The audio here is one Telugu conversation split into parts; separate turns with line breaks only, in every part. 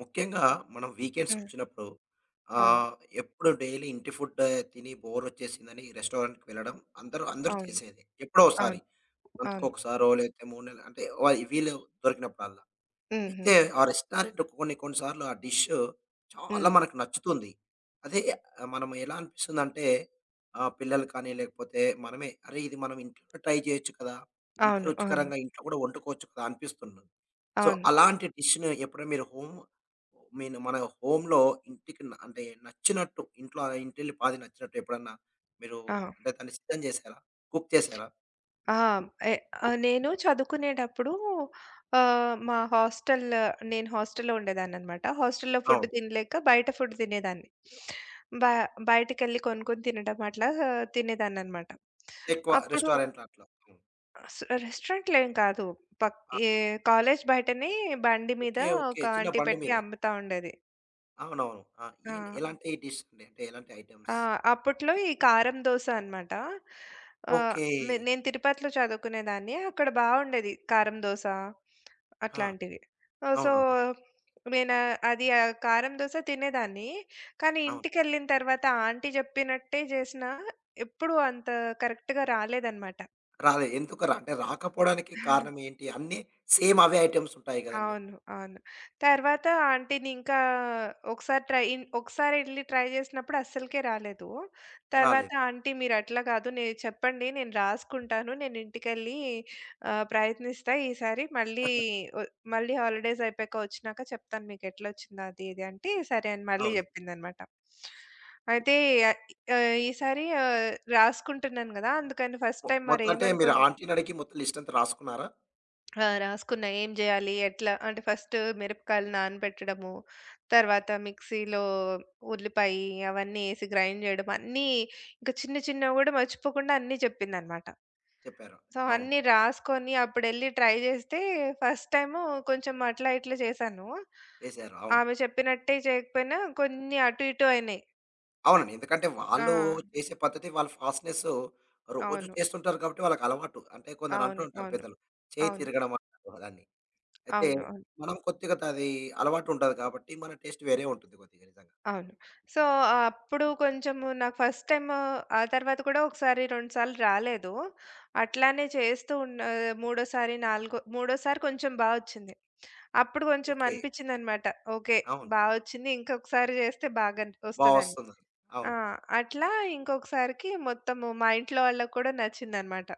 ముఖ్యంగా మనం వీకెండ్స్
హ్మ్.
వచ్చినప్పుడు
అవును.
ఆహ్, ఎప్పుడు డైలీ ఇంటి ఫుడ్ తిని బోర్ వచ్చేసిందని రెస్టారెంట్‌కి వెళ్ళడం అందరూ అందరూ
అవును.
చేసేదే. ఎప్పుడో
అవును.
ఒకసారి.
అవును.
మంత్‌కొకసారో లేకపోతే 3 నెలలు అంటే వీలు దొరికినప్పుడల్లా.
హుహు.
అయితే ఆ రెస్టారెంట్ కొన్ని కొన్ని సార్లు ఆ డిష్ చాలా
హ్మ్.
మనకు నచ్చుతుంది. అదే మనం ఎలా అనిపిస్తుందంటే పిల్లలు కానీ లేకపోతే మనమే అరే! ఇది మనం ఇంట్లో ట్రై చేయొచ్చు కదా! ఇంత
అవును. అవును.
రుచికరంగా ఇంట్లో కూడా వండుకోవచ్చు కదా! అనిపిస్తున్నది. సో,
అవును.
అలాంటి డిష్‌ని ఎప్పుడైనా మీరు హోమ్ మీన్ మన హోమ్‌లో ఇంటికి న అంటే నచ్చినట్టు ఇంట్లో ఇంటిల్లి పాది నచ్చినట్టు ఎప్పుడన్నా మీరు
ఆ!
అంటే దాన్ని సిద్ధం చేసారా? కుక్ చేసారా?
ఆ! ఎ నేను చదువుకునేటప్పుడు, ఆహ్, మా హాస్టల్ నేను హాస్టల్‌లో ఉండేదాన్ననమాట. హాస్టల్‌లో ఫుడ్
అవును.
తినలేక బయట ఫుడ్ తినేదాన్ని. బ బయటికెళ్ళి కొనుక్కొని తినడం అట్లా తినేదాన్ననమాట.
ఎక్కువ
అప్పుడు
రెస్టారెంట్‌లో అట్లా. హ్మ్.
స్ రెస్టారెంట్‌లో ఏం కాదు. పక్
ఆ!
ఏ కాలేజ్ బయటనే బండి మీద
ఓకే. ఓకే.
ఒక
చిన్న
ఆంటీ
బండి
పెట్టి
మీద.
అమ్ముతా ఉండేది.
అవునవును. ఆ!
ఆ!
ఏం ఎలాంటి డిష్ అండి? అంటే ఎలాంటి
ఆ!
ఐటెమ్స్?
అప్పట్లో ఈ కారం దోస అనమాట. ఆహ్,
ఓకే.
మే నేను తిరుపతిలో చదువుకునేదాన్ని. అక్కడ బావుండేది కారం దోస
ఆ!
అట్లాంటివి. సో,
అవునవును.
నేను ఆ కారం దోస తినేదాన్ని. కానీ
అవును.
ఇంటికెళ్ళిన తర్వాత ఆంటీ జెప్పినట్టే జేసినా ఎప్పుడూ అంత కరెక్ట్‌గా రాలేదనమాట.
రాలేదు. ఎందుకు అంటే రాకపోవడానికి కారణం ఏంటి? అన్నీ సేమ్ అవే ఐటెమ్స్ ఉంటాయి గదండీ!
అవును. అవును. తర్వాత ఆంటీనింకా ఒకసారి ట్రై ఇన్ ఒకసారెళ్లి ట్రై జేసినప్పుడు అస్సలకే రాలేదు. తర్వాత
రాలేదు.
ఆంటీ మీరట్లా కాదు, నే చెప్పండి, నేను రాసుకుంటాను. నేనింటికెళ్ళి ప్రయత్నిస్తా ఈసారి, ఒ మళ్ళీ హాలిడేస్ అయిపోయాక వచ్చినాక చెప్తాను మీకెట్లొచ్చిందో అది ఇది అంటే సరే అని మళ్ళీ
అవును.
జెప్పిందనమాట. అయితే ఈసారి రాసుకుంటున్నాను గదా! అందుకని ఫస్ట్ టైమ్
మొత్తం అంటే మీరు ఆంటీ‌ని అడిగి మొత్తం లిస్ట్ అంతా రాసుకున్నారా?
ఆ! రాసుకున్నా. ఏం జేయాలి? ఎట్లా? అంటే ఫస్ట్ మిరపకాయలు నానబెట్టడము, తర్వాత మిక్సీలో ఉల్లిపాయి అవన్నీ ఏసి గ్రైండ్ జేయడం అన్నీ, ఇంక చిన్న చిన్నవి గూడా మర్చిపోకుండా అన్నీ జెప్పిందనమాట.
చెప్పారు.
సో,
అవును.
అన్నీ రాసుకొని అప్పుడెళ్ళి ట్రై జేస్తే ఫస్ట్ టైము కొంచెం అట్లా ఇట్లా చేశాను.
చేశారు. అవును.
ఆమె చెప్పినట్టే చేయకపోయినా కొన్ని అటు ఇటు అయినాయి.
అవునండి. ఎందుకంటే
ఆ!
వాళ్ళు చేసే పద్ధతి వాళ్ళ ఫాస్ట్‌నెస్ రోజు
అవును.
చేస్తుంటారు కాబట్టి వాళ్ళకి అలవాటు. అంటే కొందరు అంటూ
అవును.
ఉంటారు
అవును.
పెద్దలు. చేయి
అవును.
తిరగడం అంటారు దాన్ని. అయితే
అవును. అవును.
మనం కొద్దిగా అది అలవాటు ఉంటది కాబట్టి మన టేస్ట్ వేరే ఉంటుంది కొద్దిగా నిజంగా.
అవును. సో,
అవును.
అప్పుడు కొంచెము నాకు ఫస్ట్ టైము, ఆ తర్వాత కూడా ఒకసారి, 2 సార్లు రాలేదు. అట్లానే చేస్తూ ఉన్న మూడోసారి, మూడోసారి కొంచెం బా ఒచ్చింది. అప్పుడు కొంచెం
ఓకే.
అనిపిచ్చిందనమాట. ఓకే.
అవును.
బా ఒచ్చింది. ఇంకొకసారి జేస్తే బాగా
బా
ఒస్తదని.
వస్తుందని.
ఆ!
అవును.
అట్లా ఇంకొకసారికి మొత్తము మా ఇంట్లో వాళ్ళకి కూడా నచ్చిందనమాట.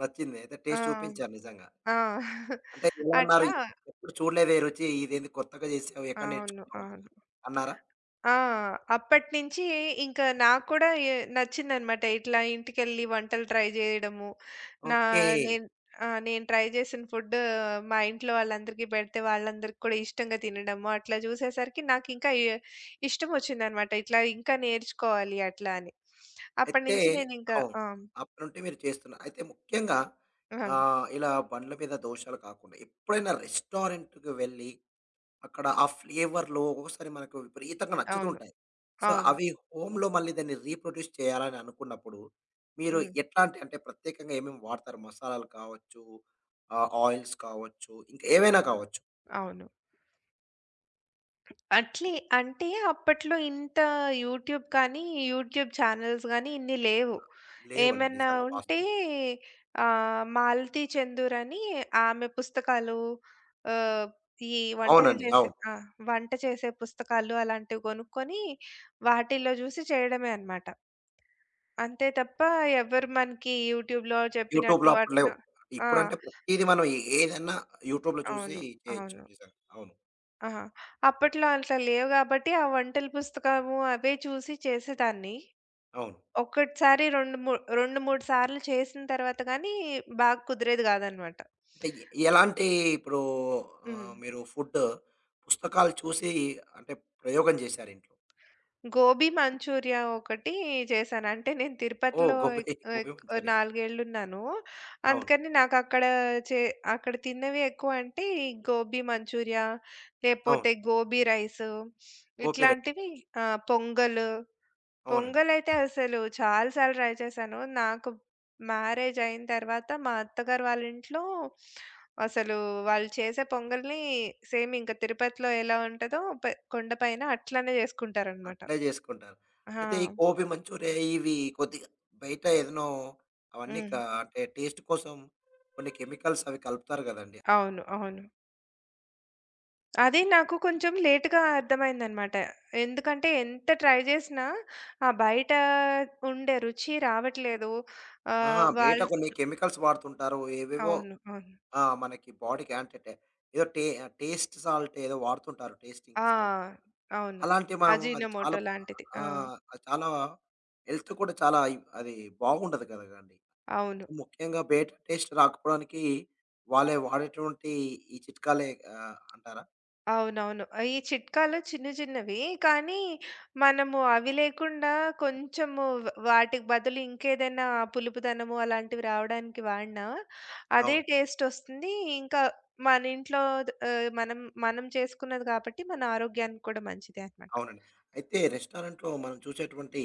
నచ్చింది. అయితే
ఆ!
టేస్ట్ చూపించారు నిజంగా.
ఆ!
అంటే ఎలా అన్నారు?
అట్లా.
ఎప్పుడు చూడలేదే రుచి ఇదేంది కొత్తగా చేసావు? ఎక్కడ
అవును.
నేర్చుకున్నావు
అవును.
అన్నారా?
ఆ! అప్పటినుంచి ఇంకా నాకు కూడా నచ్చిందనమాట, ఇట్లా ఇంటికెళ్ళి వంటలు ట్రై జేయడము. నా
ఓకే.
నేను ఆ! నేను ట్రై జేసిన ఫుడ్ మా ఇంట్లో వాళ్ళందరికీ పెడితే వాళ్ళందరికి కూడా ఇష్టంగా తినడము. అట్లా జూసేసరికి నాకింకా ఇష్టమొచ్చిందనమాట, ఇట్లా ఇంకా నేర్చుకోవాలి అట్లా అని.
అయితే
అప్పటినుంచి నేనింకా
అవును.
ఆ!
అప్పటి నుండి మీరు చేస్తున్నారు. అయితే ముఖ్యంగా
ఆ!
ఇలా బండ్ల మీద దోషాలు కాకుండా ఎప్పుడైనా రెస్టారెంట్‌కి వెళ్ళి అక్కడ ఆ ఫ్లేవర్‌లో ఒక్కొక్కసారి మనకు విపరీతంగా
అవును.
నచ్చుతుంటాయి. సో,
అవును.
అవి హోమ్‌లో మళ్ళీ దాన్ని రీప్రొడ్యూస్ చేయాలని అనుకున్నప్పుడు, మీరు
హ్మ్.
ఎట్లాంటి అంటే ప్రత్యేకంగా ఏమేమి వాడతారు? మసాలాలు కావచ్చు, ఆయిల్స్ కావచ్చు, ఇంకా ఏవైనా కావచ్చు.
అవును. అట్లే అంటే అప్పట్లో ఇంత యూట్యూబ్ కానీ, యూట్యూబ్ ఛానెల్స్ గానీ ఇన్ని లేవు.
లేవండి
ఏమన్నా
నిజంగా
ఉంటే
వాస్తవం.
'మాలతి చెందూర్' అని ఆమె పుస్తకాలు, ఆహ్, ఈ వంటలు
అవునండి.
చేసే
అవును.
ఆ! వంట చేసే పుస్తకాలు అలాంటివి కొనుక్కొని వాటిల్లో చూసి చేయడమే అన్నమాట. అంతే తప్ప ఎవరు మనకి యూట్యూబ్‌లో
యూట్యూబ్‌లో
చెప్పినట్టు
అప్పుడు లేవు.
అట్లా. ఆ!
ఇప్పుడంటే ప్రతీది మనం ఏదన్నా యూట్యూబ్‌లో చూసి
అవును.
చేయొచ్చు
అవును.
నిజంగా. అవును.
ఆహా! అప్పట్లో అట్లా లేవు గాబట్టి, ఆ వంటల పుస్తకము అవే చూసి చేసేదాన్ని.
అవును.
ఒక్కటిసారి 2, 3 సార్లు చేసిన తర్వాత గానీ బాగా కుదిరేది గాదనమాట.
అంటే ఎలాంటి ఇప్పుడు
హ్మ్.
మీరు ఫుడ్ పుస్తకాలు చూసి అంటే ప్రయోగం చేశారు ఇంట్లో?
గోబీ మంచూరియా ఒకటి చేశాను. అంటే నేను
ఓహ్!
తిరుపతిలో ఎక్
గోబీ, గోబీ
ఎక్
మంచూరియా.
4 ఏళ్లున్నాను.
అవును.
అందుకని నాకక్కడ చే అక్కడ తిన్నవి ఎక్కువంటే, ఈ గోబీ మంచూరియా,
అవును.
లేపోతే గోబీ రైసు
గోబీ రైస్.
ఇట్లాంటివి. ఆ! పొంగలు
అవునండి.
పొంగలైతే అసలు చాలా సార్లు ట్రై చేశాను. నాకు మ్యారేజ్ అయిన తర్వాత మా అత్తగారు వాళ్ళ ఇంట్లో అసలు వాళ్ళు చేసే పొంగల్‌ని సేమ్ ఇంక తిరుపతిలో ఎలా ఉంటదో, కొండపైన అట్లనే చేసుకుంటారనమాట.
అట్లే చేసుకుంటారు. అయితే ఈ
ఆ!
గోబీ మంచూరియా ఇవి కొద్దిగా బయట ఏదనో అవన్నీ క
హ్మ్.
అంటే టేస్ట్ కోసం కొన్ని కెమికల్స్ అవి కలుపుతారు గదండీ.
అవును. అవును. అది నాకు కొంచెం లేట్‌గా అర్థమైందనమాట. ఎందుకంటే ఎంత ట్రై చేసినా ఆ బయట ఉండే రుచి రావట్లేదు.
ఆ!
ఆహ్,
బయట
వాళ్ళు
కొన్ని కెమికల్స్ వాడుతుంటారు. ఏవేవో
అవును. అవును.
ఆ! మనకి బాడీకి అంటే టే ఏదో టేస్ట్ సాల్ట్ ఏదో వాడుతుంటారు. టేస్టింగ్
ఆ!
సాల్ట్.
అవును.
అలాంటివి మనం అది చాలా
అజీనమోటో లాంటిది.
ఆ!
ఆ!
అది చాలా హెల్త్ కూడా చాలా అది బాగుండదు గదండీ.
అవును.
ముఖ్యంగా బయట టేస్ట్ రాకపోవడానికి వాళ్ళే వాడేటువంటి ఈ చిట్కాలే అంటారా?
అవునవును. ఈ చిట్కాలు చిన్న చిన్నవి. కానీ మనము అవి లేకుండా కొంచెము వాటికి బదులు ఇంకేదైనా పులుపుదనము అలాంటివి రావడానికి వాడినా అదే
అవును.
టేస్టొస్తుంది. ఇంకా మన ఇంట్లో ద ఆహ్, మనం మనం చేసుకున్నది కాబట్టి మన ఆరోగ్యానికి కూడా మంచిదే అనమాట.
అవునండి. అయితే రెస్టారెంట్‌లో మనం చూసేటువంటి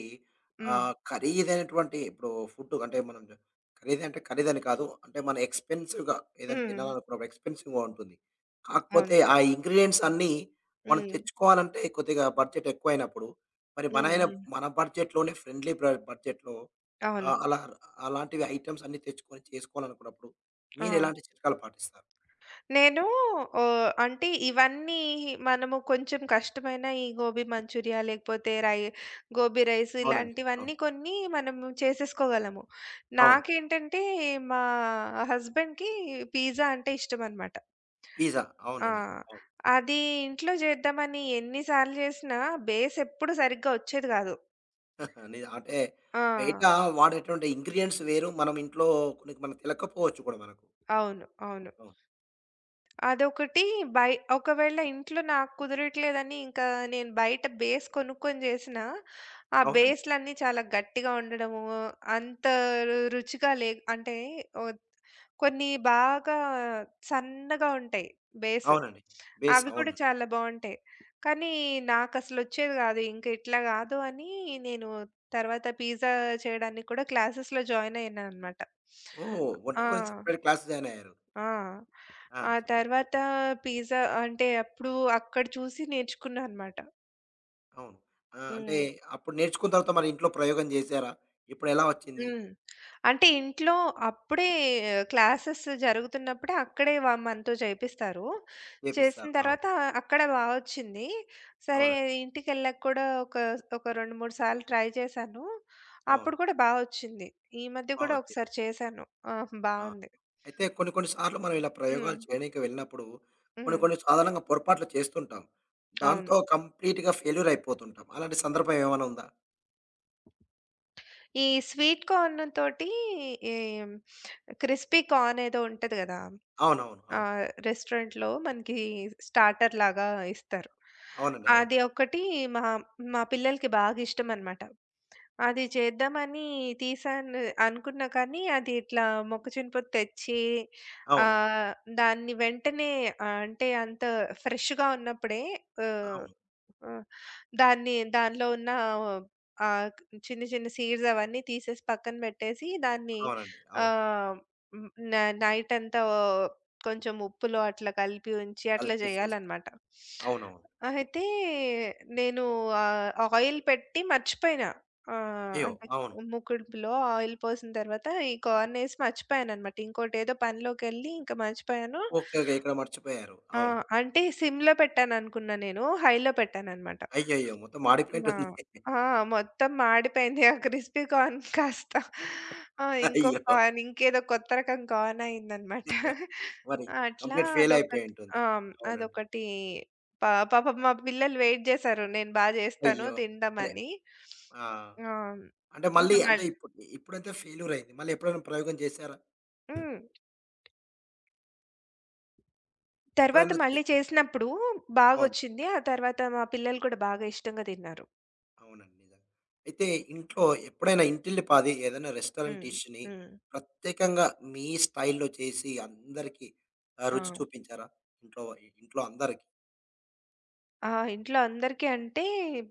హ్మ్.
ఖరీదైనటువంటి ఇప్పుడు ఫుడ్ అంటే మనం ఖరీదంటే ఖరీదని కాదు. అంటే మన ఎక్స్‌పెన్సివ్‌గా ఏదైనా
హ్మ్.
తినాలనుకున్నప్పుడు ఎక్స్‌పెన్సివ్‌గా ఉంటుంది. కాకపోతే
అవును.
ఆ ఇంగ్రీడియెంట్స్ అన్నీ మనం
హ్మ్.
తెచ్చుకోవాలంటే కొద్దిగా బడ్జెట్ ఎక్కువైనప్పుడు మరి
హ్మ్.
మనైన
హ్మ్.
మన బడ్జెట్‌లోనే ఫ్రెండ్లీ బ బడ్జెట్‌లో
అవును.
అలా అలాంటివి ఐటెమ్స్ అన్నీ తెచ్చుకొని చేసుకోవాలనుకున్నప్పుడు
ఆ!
మీరెలాంటి చిట్కాలు పాటిస్తారు?
నేను అంటే ఇవన్నీ మనము కొంచెం కష్టమైన ఈ గోబీ మంచూరియా లేకపోతే గోబీ రైస్
అవునండి. అవును.
ఇలాంటివన్నీ కొన్ని మనము చేసేసుకోగలము.
అవును.
నాకేంటంటే మా హస్బెండ్‌కి పిజ్జా అంటే ఇష్టమనమాట.
పిజ్జా
ఆ!
అవునండి. అవును.
అది ఇంట్లో చేద్దామని ఎన్ని సార్లు చేసినా బేస్ ఎప్పుడు సరిగ్గా వచ్చేది కాదు.
అంటే బయట
ఆ!
వాడేటువంటి ఇంగ్రీడియెంట్స్ వేరు. మనం ఇంట్లో కొన్ని మనకు తెలవకపోవచ్చు కూడా మనకు.
అవును. అవును.
అవును.
అదొకటి. ఒకవేళ ఇంట్లో నాకు కుదరట్లేదని ఇంకా నేను బయట బేస్ కొనుక్కొని చేసినా, ఆ
అవునండి.
బేస్‌లన్నీ చాలా గట్టిగా ఉండడము, అంత రుచిగా అంటే, ఓహ్, కొన్ని బాగా సన్నగా ఉంటాయి బేస్.
అవునండి. బేస్
అవి కూడా
అవును.
చాలా బావుంటాయి. కానీ నాకసలొచ్చేది గాదు. ఇంక ఇట్లా గాదు అని నేను తర్వాత పిజ్జా చేయడానికి కూడా క్లాసెస్‌లో జాయిన్ అయ్యాననమాట.
ఓహ్! వంట
ఆ!
గురించి సెపరేట్ క్లాస్ జాయిన్ అయ్యారు.
ఆ!
ఆ!
ఆ
చెప్పండి.
తర్వాత పిజ్జా అంటే అప్పుడు అక్కడ చూసి నేర్చుకున్నా అనమాట.
అవును. ఆ! అంటే
హ్మ్.
అప్పుడు నేర్చుకున్న తర్వాత మరి ఇంట్లో ప్రయోగం చేసారా? ఇప్పుడెలా వచ్చింది?
హ్మ్. అంటే ఇంట్లో అప్పుడే క్లాసెస్ జరుగుతున్నప్పుడే అక్కడే మనతో చేపిస్తారు. చేసిన
చేపిస్తారు. అవును.
తర్వాత అక్కడ బా వచ్చింది. సరే,
అవునండి.
ఇంటికెళ్ళాక కూడా ఒక ఒక 2, 3 సార్లు ట్రై చేశాను.
అవును.
అప్పుడు కూడా బా వచ్చింది. ఈ మధ్య
బా
కూడా
వచ్చింది.
ఒకసారి చేశాను. ఆ!
ఆ!
బావుంది.
అయితే కొన్ని కొన్ని సార్లు మనం ఇలా
హ్మ్.
ప్రయోగాలు చేయడానికి వెళ్ళినప్పుడు కొన్ని
హ్మ్.
కొన్ని సాధారణంగా పొరపాట్లు చేస్తుంటాం.
అవును.
దాంతో కంప్లీట్‌గా ఫెయిల్యూర్ అయిపోతుంటాం. అలాంటి సందర్భం ఏమైనా ఉందా?
ఈ స్వీట్ కార్న్ తోటి ఈ క్రిస్పీ కార్న్ ఏదో ఉంటది గదా!
అవునవును. అవును.
రెస్టారెంట్‌లో మనకి స్టార్టర్ లాగా ఇస్తారు.
అవునండి. అవును.
అది ఒకటి మా మా పిల్లలకి బాగా ఇష్టమనమాట. అది చేద్దామని తీసాను అనుకున్నా కానీ, అది ఇట్లా మొక్కజొన్నపొత్తు తెచ్చి,
అవును.
ఆహ్, దాన్ని వెంటనే, అంటే అంత ఫ్రెష్‌గా ఉన్నప్పుడే, ఆహ్,
అవును.
ఆ! దానిలో ఉన్న, ఆహ్, చిన్న చిన్న సీడ్స్ అవన్నీ తీసేసి పక్కన పెట్టేసి దాన్ని,
అవునండి. అవును.
ఆహ్, హ్మ్. నైట్ అంతా కొంచెం ఉప్పులో అట్లా కలిపి ఉంచి అట్లా
కలిపేసేసి.
చేయాలనమాట.
అవునవును.
అయితే నేను ఆయిల్ పెట్టి మర్చిపోయినా.
అయ్యో!
అంటే,
అవును.
ముకుడుపులో ఆయిల్ పోసిన తర్వాత ఈ కార్న్ ఏసి మర్చిపోయాననమాట. ఇంకోటేదో పనిలోకెళ్ళి ఇంకా మర్చిపోయాను.
ఓకే. ఓకే. ఇక్కడ మర్చిపోయారు.
ఆ!
అవును.
అంటే సిమ్‌లో పెట్టాననుకున్నా నేను. హైలో పెట్టాననమాట.
అయ్యయ్యో! మొత్తం
ఆ!
మాడిపోయుంటుంది.
ఆ! మొత్తం మాడిపోయింది. ఆ క్రిస్పీ కార్న్ కాస్త. ఆ! ఇంకో
అయ్యో!
కార్న్, ఇంకేదో కొత్త రకం కార్న్ అయిందనమాట.
మరి
అట్లా
కంప్లీట్ ఫెయిల్
అదొకటి.
అయిపోయుంటుంది.
ఆ!
అవునండి.
అదొకటి, పాపం మా పిల్లలు వెయిట్ జేశారు, నేను బా జేస్తాను
అయ్యో! అరే!
తిందామని.
ఆ!
ఆ!
అంటే మళ్ళీ
ఇంకా
అంటే
మళ్
ఇప్పుడు ఇప్పుడైతే ఫెయిల్యూర్ అయింది. మళ్ళీ ఎప్పుడైనా ప్రయోగం చేసారా?
హ్మ్. తర్వాత
ఎప్పుడైనా చే
మళ్ళీ చేసినప్పుడు
అవును.
బాగొచ్చింది. ఆ తర్వాత మా పిల్లలు కూడా బాగా ఇష్టంగా తిన్నారు.
అవునండి. నిజంగా. అయితే ఇంట్లో ఎప్పుడైనా ఇంటిల్లిపాది ఏదైనా రెస్టారెంట్
హ్మ్.
డిష్‌ని
హ్మ్.
ప్రత్యేకంగా మీ స్టైల్‌లో చేసి అందరికి
ఆ!
రుచి చూపించారా? ఇంట్లో ఇంట్లో అందరికి.
ఆ! ఇంట్లో అందరికీ అంటే,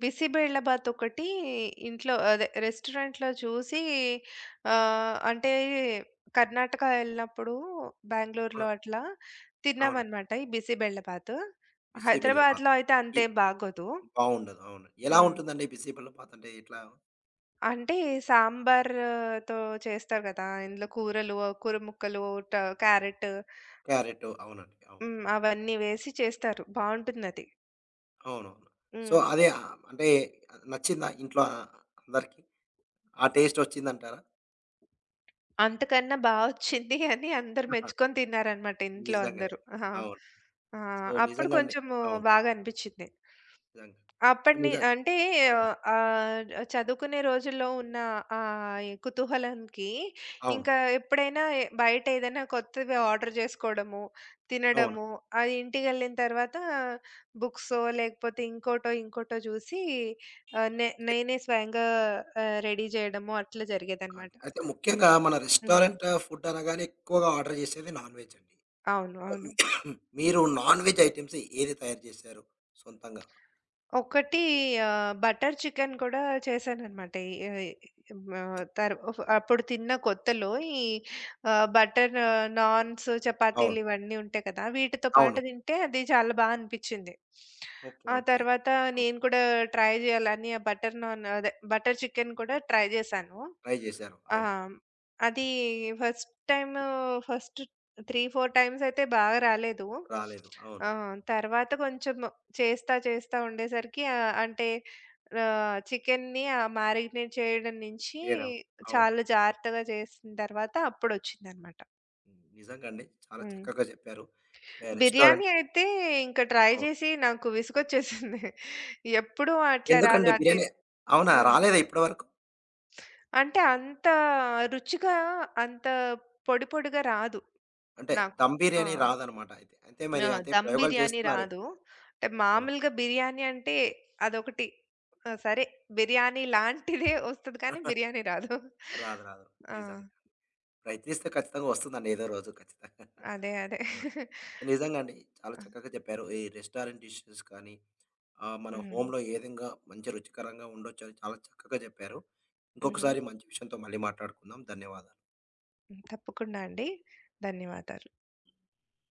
బిసిబేళబాత్ ఒకటి ఇంట్లో అదే రెస్టారెంట్‌లో చూసి, అంటే కర్ణాటక వెళ్ళినప్పుడు బెంగుళూరులో
అవునండి.
అట్లా
అవునండి.
తిన్నామనమాట ఈ బిసిబేళబాత్.
బిసి బెల్లపాత.
హైదరాబాద్‌లో అయితే
ఇ
అంతేం బాగోదు.
బావుండదు. అవును. ఎలా
హ్మ్.
ఉంటుందండి బిసి బెల్లపాత అంటే ఎట్లా?
అంటే సాంబార్‌తో చేస్తారు కదా! ఇందులో కూరలు, కూర ముక్కలు, ట క్యారెట్,
క్యారెట్ అవునండి. అవును.
హ్మ్, అవన్నీ వేసి చేస్తారు. బావుంటుందది.
అవునవును. సో,
హ్మ్.
అదే అంటే నచ్చిందా ఇంట్లో అందరికి? ఆ టేస్ట్ వచ్చిందంటారా?
అంతకన్నా బా ఒచ్చింది అని అందరూ
ఆహా,
మెచ్చుకొని తిన్నారనమాట, ఇంట్లో
నిజంగానే.
అందరూ. ఆ!
అవును.
ఆ!
సో,
అప్పుడు
నిజంగా అండి.
కొంచెము
అవును.
బాగా అనిపిచ్చింది.
నిజంగా. సో,
అప్పటిని
నిజంగా.
అంటే
అవును.
ఆహ్, చదువుకునే రోజుల్లో ఉన్న ఆ ఈ కుతూహలంకి,
అవును.
ఇంకా ఎప్పుడైనా బయట ఏదైనా కొత్తవి ఆర్డర్ జేసుకోవడము,
అవును.
తినడము, అది ఇంటికెళ్ళిన తర్వాత బుక్సో, లేకపోతే ఇంకోటో, ఇంకోటో చూసి, ఆహ్, నే నేనే స్వయంగా రెడీ జేయడము అట్లా జరిగేదనమాట.
ఓకే. అయితే ముఖ్యంగా మన
హ్మ్.
రెస్టారెంట్ ఫుడ్ అనగానే ఎక్కువగా ఆర్డర్ చేసేది నాన్ వెజ్ అండి.
అవును. అవును.
హ్మ్. మీరు నాన్ వెజ్ ఐటెమ్స్ ఏది తయారు చేశారు సొంతంగా?
ఒకటి, బటర్ చికెన్ కూడా చేశాననమాట. ఈ ఆహ్, ఆహ్, తర్ అప్పుడు తిన్న కొత్తలో ఈ బటర్ నాన్స్,
అవును.
చపాతీలు ఇవన్నీ ఉంటాయి కదా! వీటితో
అవును.
పాటు తింటే అది చాలా బా అనిపిచ్చింది.
ఓకే.
ఆ
ఓకే.
తర్వాత
అవును.
నేను కూడా ట్రై చేయాలని ఆ బటర్ నాన్ అదే బటర్ చికెన్ కూడా ట్రై చేశాను.
ట్రై చేశారు.
ఆ!
అవును.
అది ఫస్ట్ టైము ఫస్ట్ 3, 4 టైమ్స్ అయితే బాగా రాలేదు.
రాలేదు. అవును.
ఆ! తర్వాత కొంచెం చేస్తా చేస్తా ఉండేసరికి, అంటే చికెన్‌ని మారినేట్ చేయడం నుంచి
చేయడం. అవును.
చాలా జాగ్రత్తగా చేసిన తర్వాత అప్పుడొచ్చిందనమాట.
నిజంగా అండి. చాలా
హ్మ్.
చక్కగా చెప్పారు. ఆహ్, రెస్టారెంట్
బిర్యానీ అయితే ఇంక ట్రై
అవును.
చేసి నాకు విసుగొచ్చేసింది. ఎప్పుడూ అట్లా రాదు
ఎందుకండి
అది.
బిర్యానీ అవునా?
ఆ!
రాలేదా ఇప్పటివరకు?
అంటే అంత రుచిగా, అంత పొడి పొడిగా రాదు.
అంటే
నాకు.
దమ్
ఆ!
బిర్యానీ రాదనమాట అయితే. అయితే మరి
ఆ!
అదే
దమ్
ప్రయోగాలు
బిర్యానీ రాదు.
చేస్తున్నారిప్పుడు.
అంటే
అవును.
మామూలుగా బిర్యానీ అంటే అదొకటి. ఆ! సరే, బిర్యానీ లాంటిదే వస్తది కానీ బిర్యానీ రాదు.
రాదు. రాదు.
ఆ!
నిజంగా. ప్రయత్నిస్తే ఖచ్చితంగా వస్తుందండి ఏదో రోజు ఖచ్చితంగా.
అదే. అదే.
అవునండి. నిజంగా అండి. చాలా
ఆ!
చక్కగా చెప్పారు. ఈ రెస్టారెంట్ డిషెస్ కానీ, మన
హ్మ్.
హోమ్‌లో ఏ విధంగా మంచి రుచికరంగా ఉండొచ్చని చాలా చక్కగా చెప్పారు.
హుహు.
ఇంకొకసారి మంచి విషయంతో మళ్ళీ మాట్లాడుకుందాం. ధన్యవాదాలు.
హ్మ్. తప్పకుండా అండి. ధన్యవాదాలు.